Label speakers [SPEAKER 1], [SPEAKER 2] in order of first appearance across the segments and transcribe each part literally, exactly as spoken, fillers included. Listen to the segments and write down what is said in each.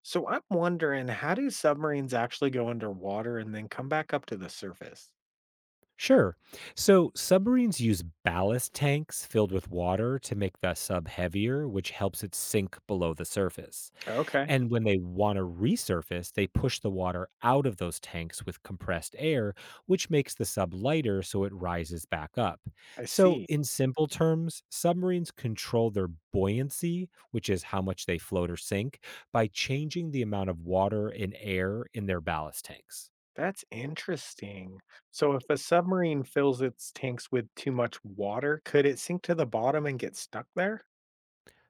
[SPEAKER 1] So I'm wondering, how do submarines actually go underwater and then come back up to the surface?
[SPEAKER 2] Sure. So submarines use ballast tanks filled with water to make the sub heavier, which helps it sink below the surface.
[SPEAKER 1] Okay,
[SPEAKER 2] And when they want to resurface, they push the water out of those tanks with compressed air, which makes the sub lighter so it rises back up.
[SPEAKER 1] I
[SPEAKER 2] So,
[SPEAKER 1] see.
[SPEAKER 2] in simple terms, submarines control their buoyancy, which is how much they float or sink, by changing the amount of water and air in their ballast tanks.
[SPEAKER 1] That's interesting. So if a submarine fills its tanks with too much water, could it sink to the bottom and get stuck there?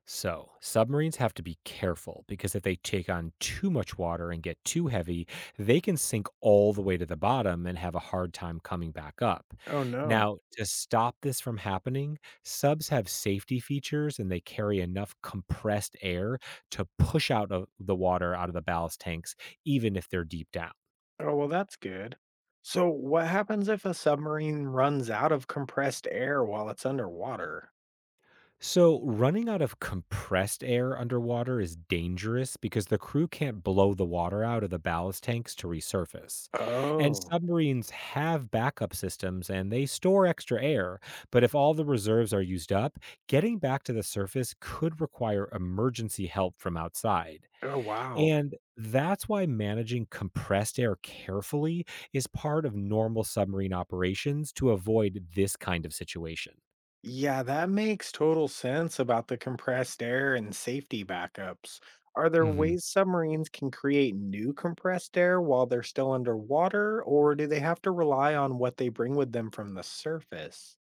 [SPEAKER 2] So, submarines have to be careful because if they take on too much water and get too heavy, they can sink all the way to the bottom and have a hard time coming back up.
[SPEAKER 1] Oh no.
[SPEAKER 2] Now, to stop this from happening, subs have safety features and they carry enough compressed air to push out of the water out of the ballast tanks, even if they're deep down.
[SPEAKER 1] Oh, well, that's good. So what happens if a submarine runs out of compressed air while it's underwater?
[SPEAKER 2] So, running out of compressed air underwater is dangerous because the crew can't blow the water out of the ballast tanks to resurface. And
[SPEAKER 1] Oh.
[SPEAKER 2] submarines have backup systems and they store extra air, but if all the reserves are used up, getting back to the surface could require emergency help from outside.
[SPEAKER 1] Oh, wow.
[SPEAKER 2] And that's why managing compressed air carefully is part of normal submarine operations to avoid this kind of situation.
[SPEAKER 1] Yeah, that makes total sense about the compressed air and safety backups. Are there
[SPEAKER 2] Mhm.
[SPEAKER 1] ways submarines can create new compressed air while they're still underwater, or do they have to rely on what they bring with them from the surface?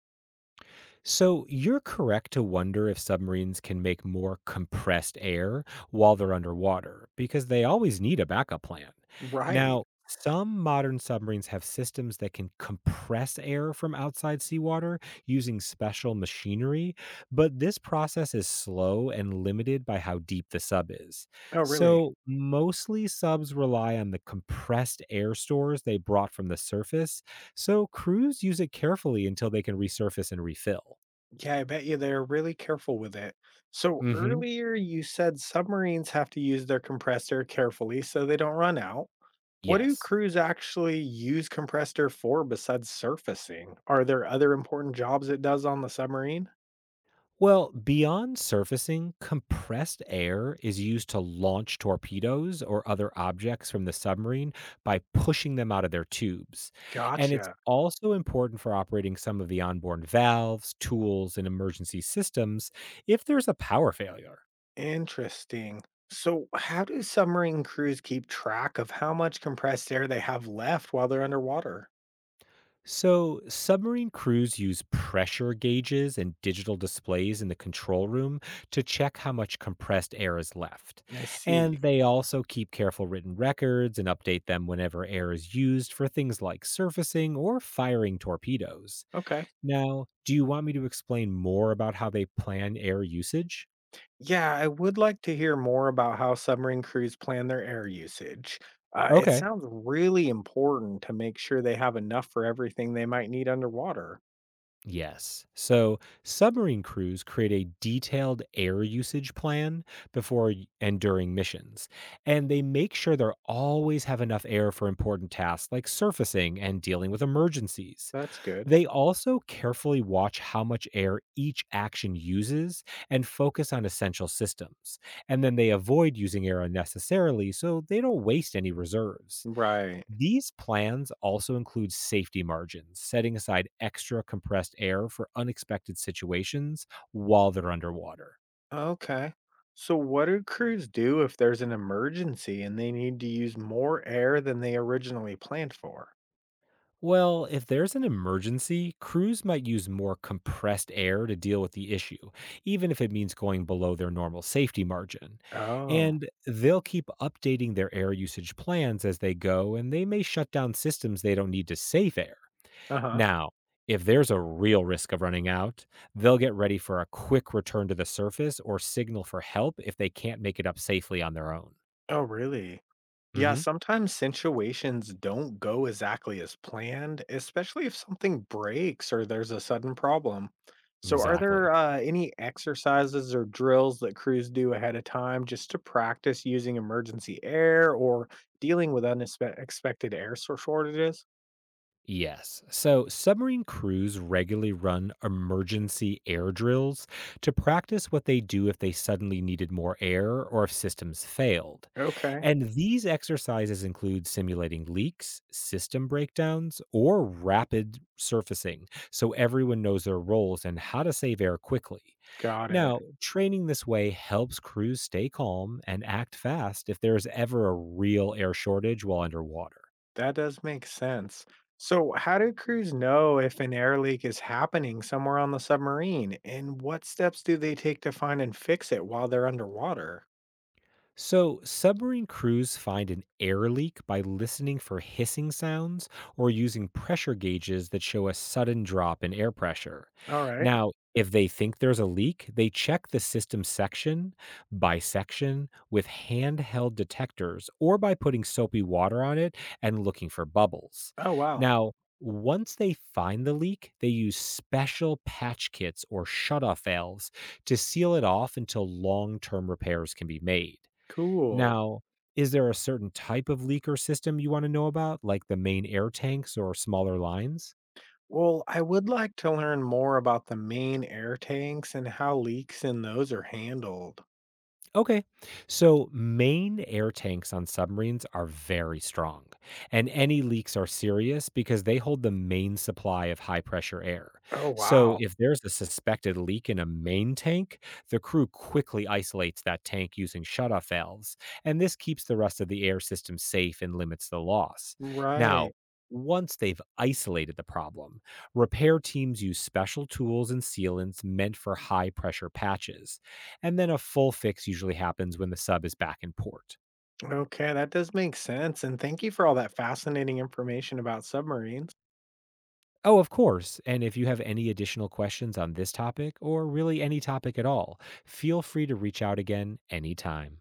[SPEAKER 2] So you're correct to wonder if submarines can make more compressed air while they're underwater, because they always need a backup plan.
[SPEAKER 1] Right.
[SPEAKER 2] Now, some modern submarines have systems that can compress air from outside seawater using special machinery, but this process is slow and limited by how deep the sub is.
[SPEAKER 1] Oh, really?
[SPEAKER 2] So, mostly subs rely on the compressed air stores they brought from the surface so crews use it carefully until they can resurface and refill.
[SPEAKER 1] Yeah, I bet you they're really careful with it. So
[SPEAKER 2] Mhm.
[SPEAKER 1] earlier you said submarines have to use their compressed air carefully so they don't run out. What do
[SPEAKER 2] Yes.
[SPEAKER 1] crews actually use compressed air for besides surfacing? Are there other important jobs it does on the submarine?
[SPEAKER 2] Well, beyond surfacing, compressed air is used to launch torpedoes or other objects from the submarine by pushing them out of their tubes. And it's
[SPEAKER 1] Gotcha.
[SPEAKER 2] also important for operating some of the onboard valves, tools, and emergency systems if there's a power failure.
[SPEAKER 1] Interesting. So, how do submarine crews keep track of how much compressed air they have left while they're underwater?
[SPEAKER 2] So, submarine crews use pressure gauges and digital displays in the control room to check how much compressed air is left.
[SPEAKER 1] I see.
[SPEAKER 2] And they also keep careful written records and update them whenever air is used for things like surfacing or firing torpedoes.
[SPEAKER 1] Okay.
[SPEAKER 2] Now, do you want me to explain more about how they plan air usage?
[SPEAKER 1] Yeah, I would like to hear more about how submarine crews plan their air usage. Uh, it
[SPEAKER 2] Okay.
[SPEAKER 1] sounds really important to make sure they have enough for everything they might need underwater.
[SPEAKER 2] Yes. So submarine crews create a detailed air usage plan before y- and during missions, and they make sure they always have enough air for important tasks like surfacing and dealing with emergencies.
[SPEAKER 1] That's good.
[SPEAKER 2] They also carefully watch how much air each action uses and focus on essential systems. And then they avoid using air unnecessarily so they don't waste any reserves.
[SPEAKER 1] Right.
[SPEAKER 2] These plans also include safety margins, setting aside extra compressed air for unexpected situations while they're underwater.
[SPEAKER 1] Okay. So what do crews do if there's an emergency and they need to use more air than they originally planned for?
[SPEAKER 2] Well, if there's an emergency, crews might use more compressed air to deal with the issue, even if it means going below their normal safety margin.
[SPEAKER 1] Oh.
[SPEAKER 2] And they'll keep updating their air usage plans as they go, and they may shut down systems they don't need to save air.
[SPEAKER 1] Uh-huh.
[SPEAKER 2] Now, if there's a real risk of running out, they'll get ready for a quick return to the surface or signal for help if they can't make it up safely on their own.
[SPEAKER 1] Oh, really? Yeah,
[SPEAKER 2] Hmm.
[SPEAKER 1] sometimes situations don't go exactly as planned, especially if something breaks or there's a sudden problem. So, are
[SPEAKER 2] Exactly.
[SPEAKER 1] there uh, any exercises or drills that crews do ahead of time just to practice using emergency air or dealing with unexpected air sor- shortages?
[SPEAKER 2] Yes. So submarine crews regularly run emergency air drills to practice what they do if they suddenly needed more air or if systems failed.
[SPEAKER 1] Okay,
[SPEAKER 2] And these exercises include simulating leaks, system breakdowns, or rapid surfacing so everyone knows their roles and how to save air quickly.
[SPEAKER 1] got it.
[SPEAKER 2] Now, training this way helps crews stay calm and act fast if there is ever a real air shortage while underwater.
[SPEAKER 1] That does make sense. So, how do crews know if an air leak is happening somewhere on the submarine? And what steps do they take to find and fix it while they're underwater?
[SPEAKER 2] So, submarine crews find an air leak by listening for hissing sounds or using pressure gauges that show a sudden drop in air pressure.
[SPEAKER 1] All right.
[SPEAKER 2] Now, if they think there's a leak, they check the system section by section with handheld detectors or by putting soapy water on it and looking for bubbles.
[SPEAKER 1] Oh, wow.
[SPEAKER 2] Now, once they find the leak, they use special patch kits or shutoff valves to seal it off until long term repairs can be made.
[SPEAKER 1] Cool.
[SPEAKER 2] Now, is there a certain type of leak or system you wanna know about, like the main air tanks or smaller lines?
[SPEAKER 1] Well, I would like to learn more about the main air tanks and how leaks in those are handled.
[SPEAKER 2] Okay. So, main air tanks on submarines are very strong, and any leaks are serious because they hold the main supply of high pressure air.
[SPEAKER 1] Oh,
[SPEAKER 2] So,
[SPEAKER 1] wow.
[SPEAKER 2] if there's a suspected leak in a main tank, the crew quickly isolates that tank using shutoff valves, and this keeps the rest of the air system safe and limits the loss. Now,
[SPEAKER 1] Right.
[SPEAKER 2] once they've isolated the problem, repair teams use special tools and sealants meant for high pressure patches. And then a full fix usually happens when the sub is back in port.
[SPEAKER 1] Okay, that does make sense. And thank you for all that fascinating information about submarines.
[SPEAKER 2] Oh, of course. And if you have any additional questions on this topic or really any topic at all, feel free to reach out again anytime.